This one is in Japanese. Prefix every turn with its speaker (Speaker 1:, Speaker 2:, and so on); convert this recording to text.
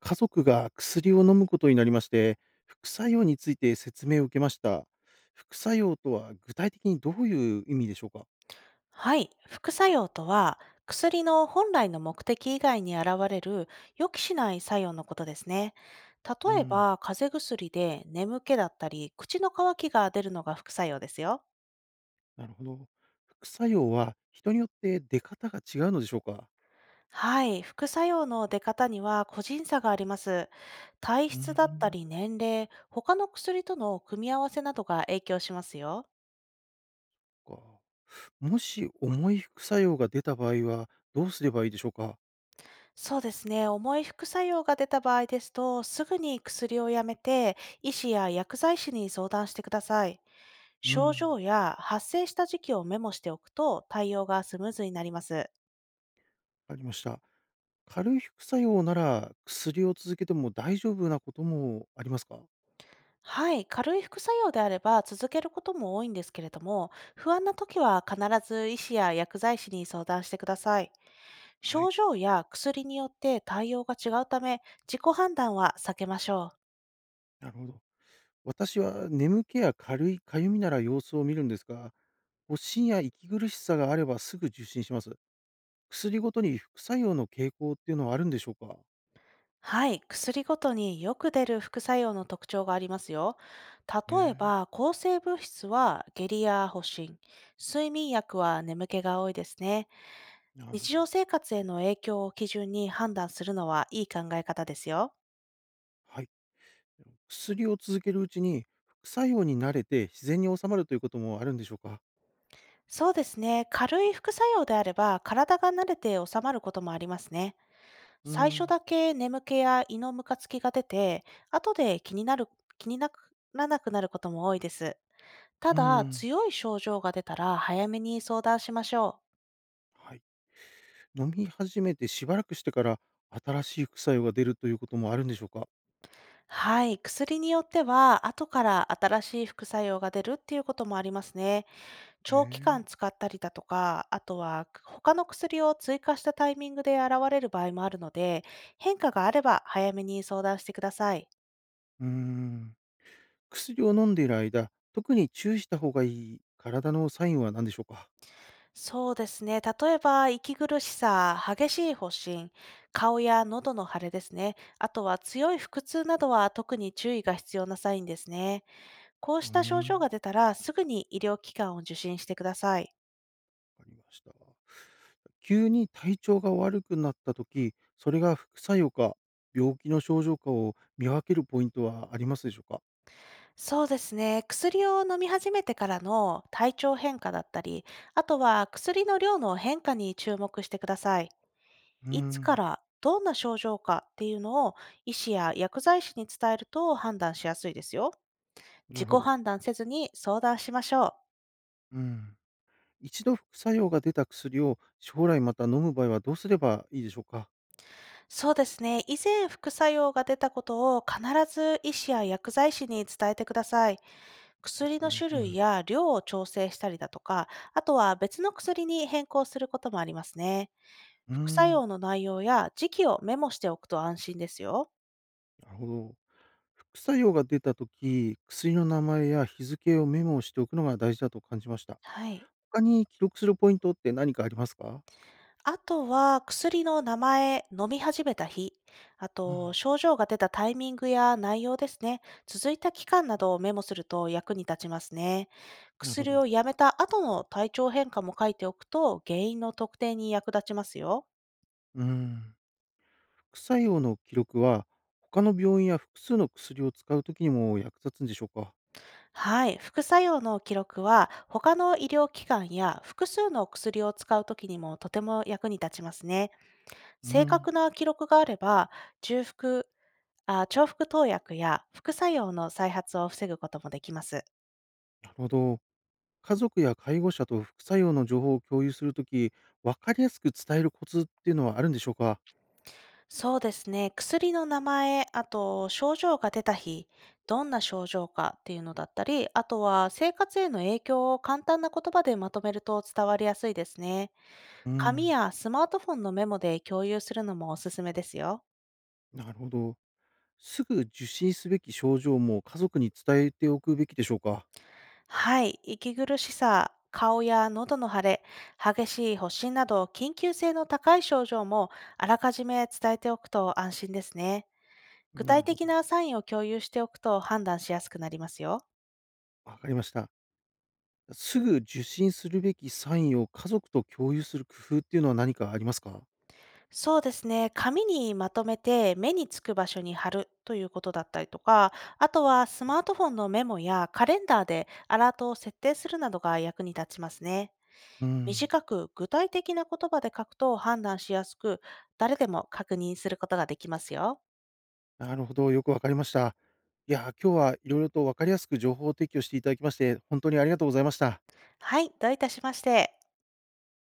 Speaker 1: 家族が薬を飲むことになりまして、副作用について説明を受けました。副作用とは具体的にどういう意味でしょうか？
Speaker 2: はい、副作用とは薬の本来の目的以外に現れる予期しない作用のことですね。
Speaker 1: う
Speaker 2: 例え
Speaker 1: ん、
Speaker 2: ば、風邪薬で眠気だったり、口の渇きが出るのが副作用ですよ。
Speaker 1: なるほど。副作用は人によって出方が違うのでしょうか？
Speaker 2: はい、副作用の出方には個人差があります。体
Speaker 1: うー
Speaker 2: 質だった
Speaker 1: ん、
Speaker 2: り年齢、他の薬との組み合わせなどが影響しますよ。
Speaker 1: そっか。もし重い副作用が出た場合はどうすればいいでしょうか？
Speaker 2: そうですね、重い副作用が出た場合ですと、すぐに薬をやめて、医師や薬剤師に相談してください。
Speaker 1: う
Speaker 2: 症状
Speaker 1: ん、
Speaker 2: や発生した時期をメモしておくと対応がスムーズになります。
Speaker 1: わかりました。軽い副作用なら薬を続けても大丈夫なこともありますか？
Speaker 2: はい、軽い副作用であれば続けることも多いんですけれども、不安な時は必ず医師や薬剤師に相談してください。
Speaker 1: はい、
Speaker 2: 症状や薬によって対応が違うため、自己判断は避けましょう。
Speaker 1: なるほど。私は眠気や軽いかゆみなら様子を見るんですが、発疹や息苦しさがあればすぐ受診します。薬ごとに副作用の傾向っていうのはあるんでしょうか？
Speaker 2: はい、薬ごとによく出る副作用の特徴がありますよ。
Speaker 1: へ
Speaker 2: 例え
Speaker 1: え、
Speaker 2: ば、抗生物質は下痢や発疹、睡眠薬は眠気が多いですね。
Speaker 1: なるほ
Speaker 2: 日
Speaker 1: ど。
Speaker 2: 常生活への影響を基準に判断するのはいい考え方ですよ。
Speaker 1: はい。薬を続けるうちに、副作用に慣れて自然に治まるということもあるんでしょうか？
Speaker 2: そうですね。軽い副作用であれば、体が慣れて収まることもありますね。
Speaker 1: うー
Speaker 2: 最初
Speaker 1: ん、
Speaker 2: だけ眠気や胃のムカつきが出て、後で気にならなくなることも多いです。た
Speaker 1: うー
Speaker 2: だ、
Speaker 1: ん、
Speaker 2: 強い症状が出たら早めに相談しましょう。
Speaker 1: はい。飲み始めてしばらくしてから、新しい副作用が出るということもあるんでしょうか？
Speaker 2: はい。薬によっては、後から新しい副作用が出るっていうこともありますね。
Speaker 1: へ
Speaker 2: 長期間
Speaker 1: え、
Speaker 2: 使ったりだとか、あとは他の薬を追加したタイミングで現れる場合もあるので、変化があれば早めに相談してください。
Speaker 1: うーん。薬を飲んでいる間、特に注意した方がいい体のサインは何でしょうか？
Speaker 2: そうですね。例えば、息苦しさ、激しい発疹、顔や喉の腫れですね。あとは強い腹痛などは特に注意が必要なサインですね。こう
Speaker 1: うー
Speaker 2: した症状が
Speaker 1: ん、
Speaker 2: 出たら、すぐに医療機関を受診してください。
Speaker 1: わかりました。急に体調が悪くなった時、それが副作用か、病気の症状かを見分けるポイントはありますでしょうか？
Speaker 2: そうですね。薬を飲み始めてからの体調変化だったり、あとは薬の量の変化に注目してください。
Speaker 1: うー
Speaker 2: いつか
Speaker 1: ん、
Speaker 2: らどんな症状かっていうのを医師や薬剤師に伝えると判断しやすいですよ。
Speaker 1: な
Speaker 2: 自
Speaker 1: るほ
Speaker 2: 己
Speaker 1: ど。
Speaker 2: 判断せずに相談しましょう。
Speaker 1: うん。一度副作用が出た薬を将来また飲む場合はどうすればいいでしょうか？
Speaker 2: そうですね。以前副作用が出たことを必ず医師や薬剤師に伝えてください。
Speaker 1: で
Speaker 2: 薬
Speaker 1: す
Speaker 2: の
Speaker 1: ね。
Speaker 2: 種
Speaker 1: う
Speaker 2: 類
Speaker 1: ん。
Speaker 2: や量を調整したりだとか、あとは別の薬に変更することもありますね。
Speaker 1: うー
Speaker 2: 副作
Speaker 1: ん、
Speaker 2: 用の内容や時期をメモしておくと安心ですよ。
Speaker 1: なるほど。副作用が出たとき、薬の名前や日付をメモをしておくのが大事だと感じました。
Speaker 2: はい。
Speaker 1: 他に記録するポイントって何かありますか？
Speaker 2: あとは薬の名前、飲み始めた日、あ
Speaker 1: う
Speaker 2: と
Speaker 1: ん、
Speaker 2: 症状が出たタイミングや内容ですね、続いた期間などをメモすると役に立ちますね。
Speaker 1: なるほ
Speaker 2: 薬
Speaker 1: ど。
Speaker 2: をやめた後の体調変化も書いておくと原因の特定に役立ちますよ。
Speaker 1: うん。副作用の記録は、他の病院や複数の薬を使うときにも役立つんでしょうか？
Speaker 2: はい、副作用の記録は他の医療機関や複数の薬を使うときにもとても役に立ちますね。
Speaker 1: う
Speaker 2: 正確
Speaker 1: ん、
Speaker 2: な記録があれば、重複、重複投薬や副作用の再発を防ぐこともできます。
Speaker 1: なるほど。家族や介護者と副作用の情報を共有するとき、分かりやすく伝えるコツっていうのはあるんでしょうか？
Speaker 2: そうですね。薬の名前、あと症状が出た日、どんな症状かっていうのだったり、あとは生活への影響を簡単な言葉でまとめると伝わりやすいですね。
Speaker 1: う
Speaker 2: 紙
Speaker 1: ん、
Speaker 2: やスマートフォンのメモで共有するのもおすすめですよ。
Speaker 1: なるほど。すぐ受診すべき症状も家族に伝えておくべきでしょうか？
Speaker 2: はい、息苦しさ、顔や喉の腫れ、激しい発疹など緊急性の高い症状もあらかじめ伝えておくと安心ですね。具
Speaker 1: なる
Speaker 2: 体
Speaker 1: ほ
Speaker 2: 的
Speaker 1: ど。
Speaker 2: なサインを共有しておくと判断しやすくなりますよ。
Speaker 1: わかりました。すぐ受診するべきサインを家族と共有する工夫っていうのは何かありますか？
Speaker 2: そうですね。紙にまとめて目につく場所に貼るということだったりとか、あとはスマートフォンのメモやカレンダーでアラートを設定するなどが役に立ちますね。
Speaker 1: うん、
Speaker 2: 短く具体的な言葉で書くと判断しやすく、誰でも確認することができますよ。
Speaker 1: なるほど、よくわかりました。いや、今日は色々とわかりやすく情報を提供していただきまして、本当にありがとうございました。
Speaker 2: はい、どういたしまして。